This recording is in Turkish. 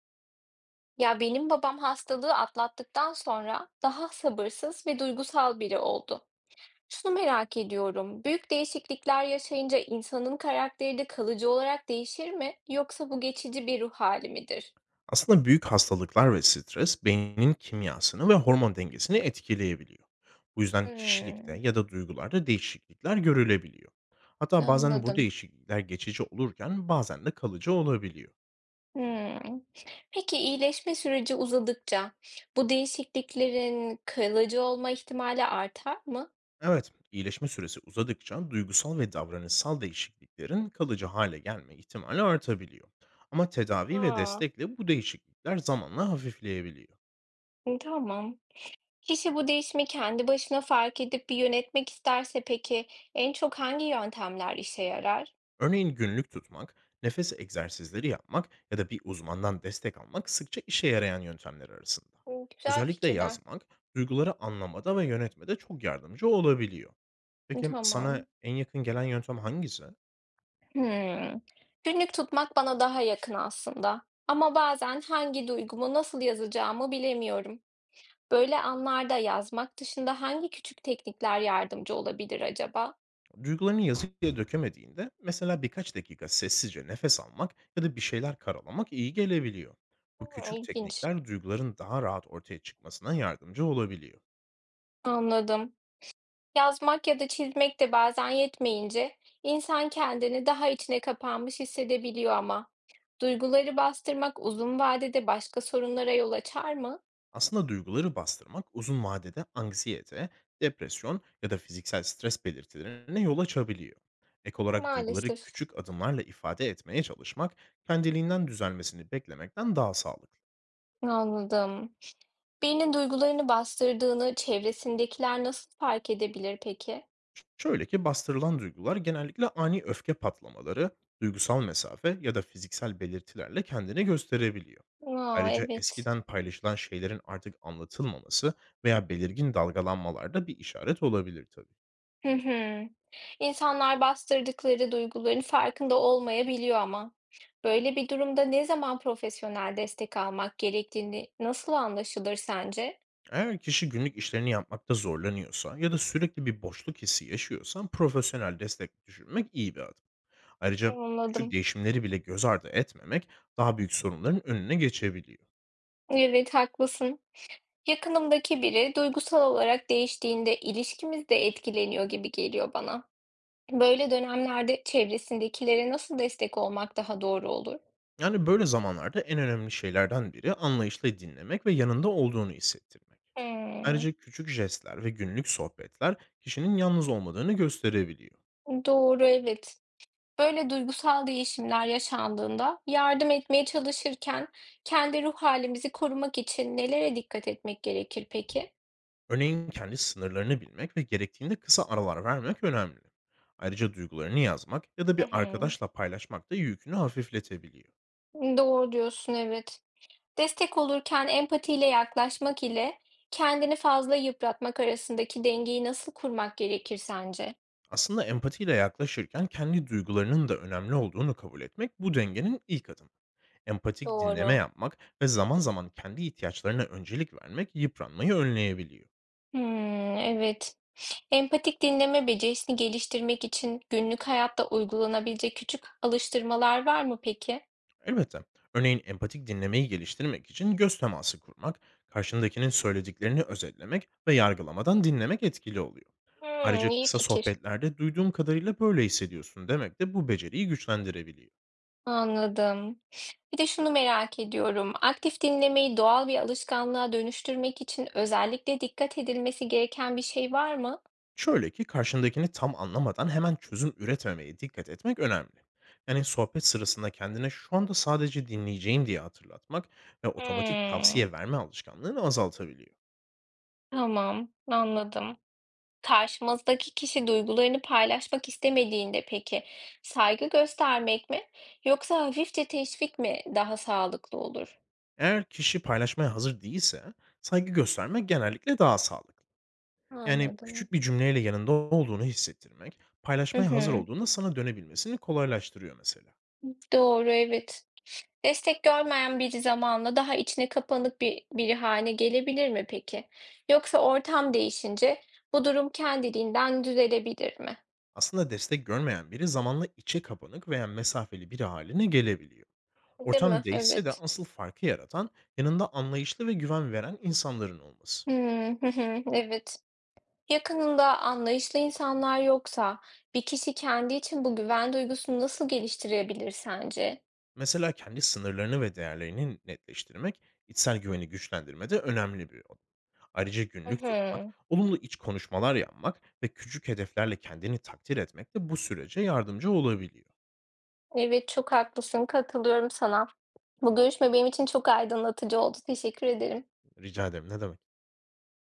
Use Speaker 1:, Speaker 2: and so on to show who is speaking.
Speaker 1: Ya benim babam hastalığı atlattıktan sonra daha sabırsız ve duygusal biri oldu. Şunu merak ediyorum. Büyük değişiklikler yaşayınca insanın karakteri de kalıcı olarak değişir mi? Yoksa bu geçici bir ruh hali midir?
Speaker 2: Aslında büyük hastalıklar ve stres beynin kimyasını ve hormon dengesini etkileyebiliyor. Bu yüzden kişilikte
Speaker 1: Hmm,
Speaker 2: ya da duygularda değişiklikler görülebiliyor. Hatta bazen bu
Speaker 1: anladım.
Speaker 2: değişiklikler geçici olurken bazen de kalıcı olabiliyor.
Speaker 1: Hmm. Peki iyileşme süreci uzadıkça bu değişikliklerin kalıcı olma ihtimali artar mı?
Speaker 2: Evet, iyileşme süresi uzadıkça duygusal ve davranışsal değişikliklerin kalıcı hale gelme ihtimali artabiliyor. Ama tedavi ve
Speaker 1: Aa,
Speaker 2: destekle bu değişiklikler zamanla hafifleyebiliyor.
Speaker 1: tamam. Kişi bu değişimi kendi başına fark edip bir yönetmek isterse peki en çok hangi yöntemler işe yarar?
Speaker 2: Örneğin günlük tutmak, nefes egzersizleri yapmak ya da bir uzmandan destek almak sıkça işe yarayan yöntemler arasında.
Speaker 1: Hmm, güzel
Speaker 2: Özellikle
Speaker 1: fikirler.
Speaker 2: yazmak, duyguları anlamada ve yönetmede çok yardımcı olabiliyor. Peki sana
Speaker 1: Tamam.
Speaker 2: en yakın gelen yöntem hangisi?
Speaker 1: Hmm. Günlük tutmak bana daha yakın aslında. Ama bazen hangi duygumu nasıl yazacağımı bilemiyorum. Böyle anlarda yazmak dışında hangi küçük teknikler yardımcı olabilir acaba?
Speaker 2: Duygularını yazıya dökemediğinde mesela birkaç dakika sessizce nefes almak ya da bir şeyler karalamak iyi gelebiliyor. Bu
Speaker 1: Hmm,
Speaker 2: küçük
Speaker 1: İlginç.
Speaker 2: teknikler duyguların daha rahat ortaya çıkmasına yardımcı olabiliyor.
Speaker 1: Anladım. Yazmak ya da çizmek de bazen yetmeyince insan kendini daha içine kapanmış hissedebiliyor ama. Duyguları bastırmak uzun vadede başka sorunlara yol açar mı?
Speaker 2: Aslında duyguları bastırmak uzun vadede anksiyete, depresyon ya da fiziksel stres belirtilerine yol açabiliyor. Ek olarak duyguları
Speaker 1: Maalesef.
Speaker 2: küçük adımlarla ifade etmeye çalışmak, kendiliğinden düzelmesini beklemekten daha sağlıklı.
Speaker 1: Anladım. Birinin duygularını bastırdığını çevresindekiler nasıl fark edebilir peki?
Speaker 2: Şöyle ki bastırılan duygular genellikle ani öfke patlamaları, duygusal mesafe ya da fiziksel belirtilerle kendini gösterebiliyor.
Speaker 1: Aa,
Speaker 2: Ayrıca
Speaker 1: evet.
Speaker 2: eskiden paylaşılan şeylerin artık anlatılmaması veya belirgin dalgalanmalar da bir işaret olabilir tabii.
Speaker 1: Hı hı. İnsanlar bastırdıkları duyguların farkında olmayabiliyor ama. Böyle bir durumda ne zaman profesyonel destek almak gerektiğini nasıl anlaşılır sence?
Speaker 2: Eğer kişi günlük işlerini yapmakta zorlanıyorsa ya da sürekli bir boşluk hissi yaşıyorsan profesyonel destek düşünmek iyi bir adım. Ayrıca küçük
Speaker 1: Anladım.
Speaker 2: değişimleri bile göz ardı etmemek daha büyük sorunların önüne geçebiliyor.
Speaker 1: Evet, haklısın. Yakınımdaki biri duygusal olarak değiştiğinde ilişkimiz de etkileniyor gibi geliyor bana. Böyle dönemlerde çevresindekilere nasıl destek olmak daha doğru olur?
Speaker 2: Yani böyle zamanlarda en önemli şeylerden biri anlayışla dinlemek ve yanında olduğunu hissettirmek.
Speaker 1: Hmm,
Speaker 2: Ayrıca küçük jestler ve günlük sohbetler kişinin yalnız olmadığını gösterebiliyor.
Speaker 1: doğru, evet. Böyle duygusal değişimler yaşandığında yardım etmeye çalışırken kendi ruh halimizi korumak için nelere dikkat etmek gerekir peki?
Speaker 2: Örneğin kendi sınırlarını bilmek ve gerektiğinde kısa aralar vermek önemli. Ayrıca duygularını yazmak ya da
Speaker 1: Hı
Speaker 2: bir
Speaker 1: hı.
Speaker 2: arkadaşla paylaşmak da yükünü hafifletebiliyor.
Speaker 1: Doğru diyorsun, evet. Destek olurken empatiyle yaklaşmak ile kendini fazla yıpratmak arasındaki dengeyi nasıl kurmak gerekir sence?
Speaker 2: Aslında empatiyle yaklaşırken kendi duygularının da önemli olduğunu kabul etmek bu dengenin ilk adımı. Empatik dinleme
Speaker 1: Doğru.
Speaker 2: yapmak ve zaman zaman kendi ihtiyaçlarına öncelik vermek yıpranmayı önleyebiliyor.
Speaker 1: Hmm, evet. Empatik dinleme becerisini geliştirmek için günlük hayatta uygulanabilecek küçük alıştırmalar var mı peki?
Speaker 2: Elbette örneğin empatik dinlemeyi geliştirmek için göz teması kurmak, karşındakinin söylediklerini özetlemek ve yargılamadan dinlemek etkili oluyor.
Speaker 1: Hmm,
Speaker 2: Ayrıca
Speaker 1: iyi
Speaker 2: kısa
Speaker 1: fikir.
Speaker 2: sohbetlerde duyduğum kadarıyla böyle hissediyorsun demek de bu beceriyi güçlendirebiliyor.
Speaker 1: Anladım. Bir de şunu merak ediyorum. Aktif dinlemeyi doğal bir alışkanlığa dönüştürmek için özellikle dikkat edilmesi gereken bir şey var mı?
Speaker 2: Şöyle ki karşındakini tam anlamadan hemen çözüm üretmemeye dikkat etmek önemli. Yani sohbet sırasında kendine şu anda sadece dinleyeceğim diye hatırlatmak ve otomatik
Speaker 1: Hmm,
Speaker 2: tavsiye verme alışkanlığını azaltabiliyor.
Speaker 1: tamam, anladım. Karşımızdaki kişi duygularını paylaşmak istemediğinde peki saygı göstermek mi yoksa hafifçe teşvik mi daha sağlıklı olur?
Speaker 2: Eğer kişi paylaşmaya hazır değilse saygı göstermek genellikle daha sağlıklı. Yani
Speaker 1: Anladım.
Speaker 2: küçük bir cümleyle yanında olduğunu hissettirmek,
Speaker 1: Hı
Speaker 2: paylaşmaya hazır
Speaker 1: hı.
Speaker 2: olduğunda sana dönebilmesini kolaylaştırıyor mesela.
Speaker 1: Doğru, evet. Destek görmeyen biri zamanla daha içine kapanık bir biri haline gelebilir mi peki? Yoksa ortam değişince bu durum kendiliğinden düzelebilir mi?
Speaker 2: Aslında destek görmeyen biri zamanla içe kapanık veya mesafeli biri haline gelebiliyor.
Speaker 1: Değil mi?
Speaker 2: Ortam değişse de
Speaker 1: Evet.
Speaker 2: asıl farkı yaratan yanında anlayışlı ve güven veren insanların olması.
Speaker 1: Hımm. Hı hı. Evet. Yakınında anlayışlı insanlar yoksa bir kişi kendi için bu güven duygusunu nasıl geliştirebilir sence?
Speaker 2: Mesela kendi sınırlarını ve değerlerini netleştirmek, içsel güveni güçlendirmede önemli bir yol. Ayrıca
Speaker 1: Hı
Speaker 2: günlük tutmak,
Speaker 1: hı.
Speaker 2: olumlu iç konuşmalar yapmak ve küçük hedeflerle kendini takdir etmek de bu sürece yardımcı olabiliyor.
Speaker 1: Evet, çok haklısın. Katılıyorum sana. Bu görüşme benim için çok aydınlatıcı oldu. Teşekkür ederim.
Speaker 2: Rica ederim ne demek.